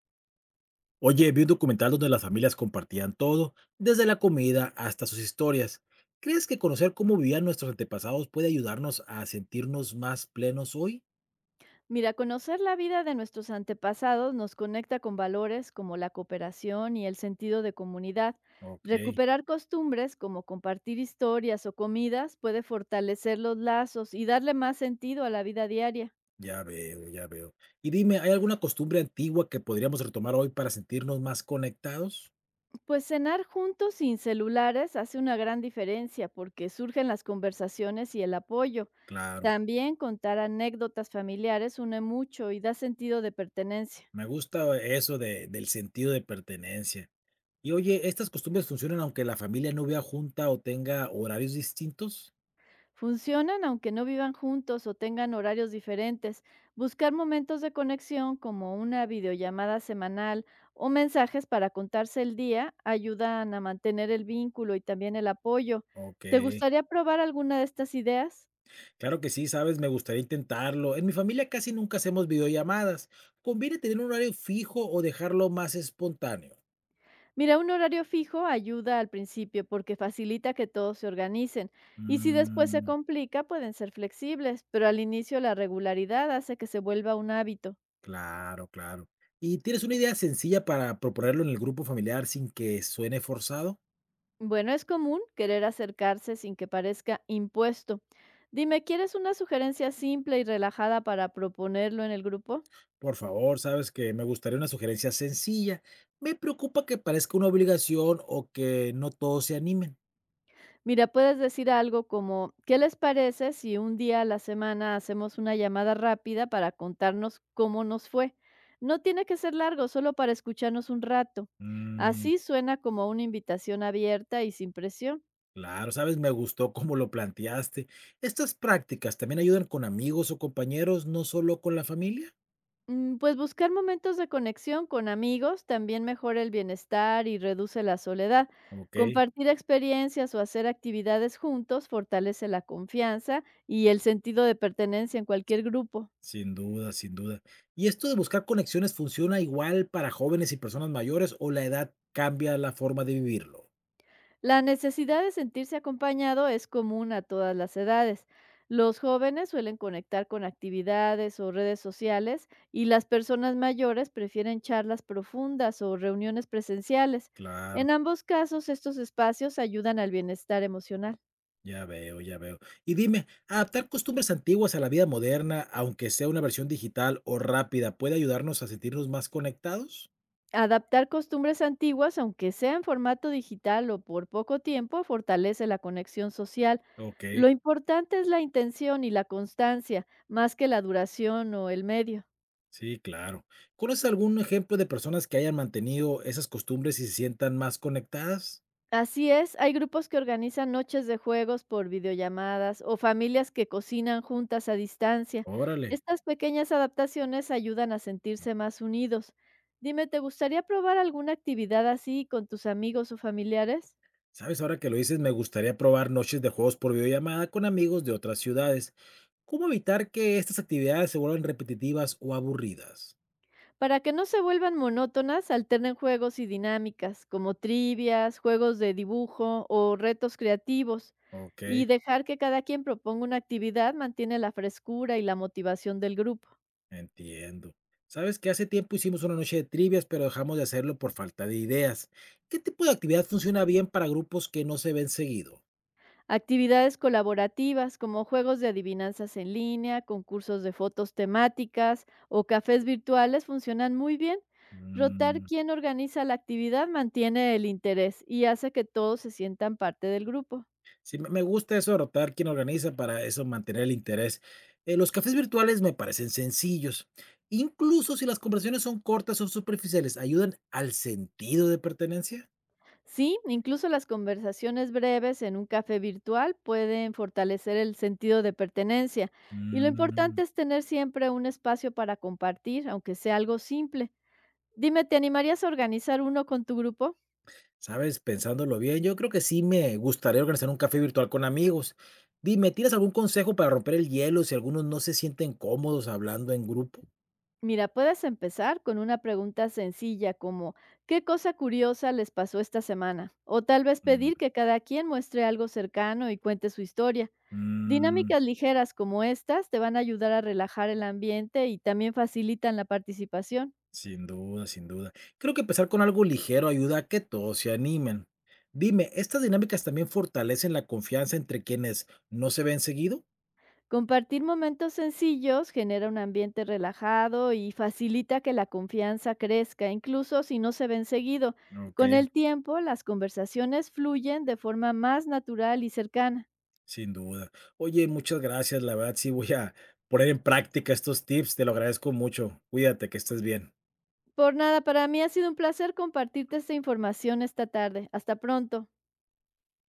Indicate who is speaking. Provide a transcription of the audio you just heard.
Speaker 1: Oye, vi un documental donde las familias compartían todo, desde la comida hasta sus historias. ¿Crees que conocer cómo vivían nuestros antepasados puede ayudarnos a sentirnos más plenos hoy?
Speaker 2: Mira, conocer la vida de nuestros antepasados nos conecta con valores como la cooperación y el sentido de comunidad.
Speaker 1: Ok,
Speaker 2: Recuperar costumbres como compartir historias o comidas puede fortalecer los lazos y darle más sentido a la vida diaria.
Speaker 1: ya veo, ya veo. Y dime, ¿hay alguna costumbre antigua que podríamos retomar hoy para sentirnos más conectados?
Speaker 2: Pues cenar juntos sin celulares hace una gran diferencia porque surgen las conversaciones y el apoyo.
Speaker 1: Claro,
Speaker 2: También contar anécdotas familiares une mucho y da sentido de pertenencia.
Speaker 1: me gusta eso del sentido de pertenencia. Y oye, ¿estas costumbres funcionan aunque la familia no vea junta o tenga horarios distintos?
Speaker 2: Funcionan aunque no vivan juntos o tengan horarios diferentes. Buscar momentos de conexión como una videollamada semanal o mensajes para contarse el día ayudan a mantener el vínculo y también el apoyo.
Speaker 1: Ok.
Speaker 2: ¿Te gustaría probar alguna de estas ideas?
Speaker 1: Claro que sí, sabes, me gustaría intentarlo. En mi familia casi nunca hacemos videollamadas. ¿Conviene tener un horario fijo o dejarlo más espontáneo?
Speaker 2: Mira, un horario fijo ayuda al principio porque facilita que todos se organicen y si después se
Speaker 1: Mm,
Speaker 2: complica pueden ser flexibles, pero al inicio la regularidad hace que se vuelva un hábito.
Speaker 1: claro, claro. ¿Y tienes una idea sencilla para proponerlo en el grupo familiar sin que suene forzado?
Speaker 2: Bueno, es común querer acercarse sin que parezca impuesto. Dime, ¿quieres una sugerencia simple y relajada para proponerlo en el grupo?
Speaker 1: Por favor, sabes que me gustaría una sugerencia sencilla. Me preocupa que parezca una obligación o que no todos se animen.
Speaker 2: Mira, puedes decir algo como, ¿qué les parece si un día a la semana hacemos una llamada rápida para contarnos cómo nos fue? No tiene que ser largo, solo para escucharnos un rato. Así suena como una invitación abierta y sin presión.
Speaker 1: Claro, sabes, me gustó cómo lo planteaste. ¿Estas prácticas también ayudan con amigos o compañeros, no solo con la familia?
Speaker 2: Mm, pues buscar momentos de conexión con amigos también mejora el bienestar y reduce la soledad.
Speaker 1: Ok,
Speaker 2: Compartir experiencias o hacer actividades juntos fortalece la confianza y el sentido de pertenencia en cualquier grupo.
Speaker 1: sin duda, sin duda. ¿Y esto de buscar conexiones funciona igual para jóvenes y personas mayores o la edad cambia la forma de vivirlo?
Speaker 2: La necesidad de sentirse acompañado es común a todas las edades. Los jóvenes suelen conectar con actividades o redes sociales y las personas mayores prefieren charlas profundas o reuniones presenciales.
Speaker 1: Claro,
Speaker 2: En ambos casos, estos espacios ayudan al bienestar emocional.
Speaker 1: ya veo, ya veo. Y dime, ¿adaptar costumbres antiguas a la vida moderna, aunque sea una versión digital o rápida, puede ayudarnos a sentirnos más conectados?
Speaker 2: Adaptar costumbres antiguas, aunque sea en formato digital o por poco tiempo, fortalece la conexión social.
Speaker 1: Ok.
Speaker 2: Lo importante es la intención y la constancia, más que la duración o el medio.
Speaker 1: Sí, claro. ¿Conoces algún ejemplo de personas que hayan mantenido esas costumbres y se sientan más conectadas?
Speaker 2: Así es, hay grupos que organizan noches de juegos por videollamadas o familias que cocinan juntas a distancia.
Speaker 1: Órale.
Speaker 2: Estas pequeñas adaptaciones ayudan a sentirse más unidos. Dime, ¿te gustaría probar alguna actividad así con tus amigos o familiares?
Speaker 1: Sabes, ahora que lo dices, me gustaría probar noches de juegos por videollamada con amigos de otras ciudades. ¿Cómo evitar que estas actividades se vuelvan repetitivas o aburridas?
Speaker 2: Para que no se vuelvan monótonas, alternen juegos y dinámicas, como trivias, juegos de dibujo o retos creativos.
Speaker 1: Ok,
Speaker 2: Y dejar que cada quien proponga una actividad mantiene la frescura y la motivación del grupo.
Speaker 1: entiendo. Sabes que hace tiempo hicimos una noche de trivias, pero dejamos de hacerlo por falta de ideas. ¿Qué tipo de actividad funciona bien para grupos que no se ven seguido?
Speaker 2: Actividades colaborativas como juegos de adivinanzas en línea, concursos de fotos temáticas o cafés virtuales funcionan muy bien. Rotar
Speaker 1: Mm,
Speaker 2: quién organiza la actividad mantiene el interés y hace que todos se sientan parte del grupo.
Speaker 1: sí, me gusta eso de rotar quién organiza para eso mantener el interés. Los cafés virtuales me parecen sencillos. Incluso si las conversaciones son cortas o superficiales, ¿ayudan al sentido de pertenencia?
Speaker 2: Sí, incluso las conversaciones breves en un café virtual pueden fortalecer el sentido de pertenencia, y lo
Speaker 1: Mm,
Speaker 2: importante es tener siempre un espacio para compartir, aunque sea algo simple. Dime, ¿te animarías a organizar uno con tu grupo?
Speaker 1: Sabes, pensándolo bien, yo creo que sí me gustaría organizar un café virtual con amigos. Dime, ¿tienes algún consejo para romper el hielo si algunos no se sienten cómodos hablando en grupo?
Speaker 2: Mira, puedes empezar con una pregunta sencilla como ¿qué cosa curiosa les pasó esta semana? O tal vez
Speaker 1: Mm,
Speaker 2: pedir que cada quien muestre algo cercano y cuente su historia.
Speaker 1: mm.
Speaker 2: Dinámicas ligeras como estas te van a ayudar a relajar el ambiente y también facilitan la participación.
Speaker 1: Sin duda, sin duda. Creo que empezar con algo ligero ayuda a que todos se animen. Dime, ¿estas dinámicas también fortalecen la confianza entre quienes no se ven seguido?
Speaker 2: Compartir momentos sencillos genera un ambiente relajado y facilita que la confianza crezca, incluso si no se ven seguido.
Speaker 1: Ok,
Speaker 2: Con el tiempo, las conversaciones fluyen de forma más natural y cercana.
Speaker 1: sin duda. Oye, muchas gracias. La verdad, sí voy a poner en práctica estos tips. Te lo agradezco mucho. Cuídate, que estés bien.
Speaker 2: Por nada, para mí ha sido un placer compartirte esta información esta tarde. Hasta pronto.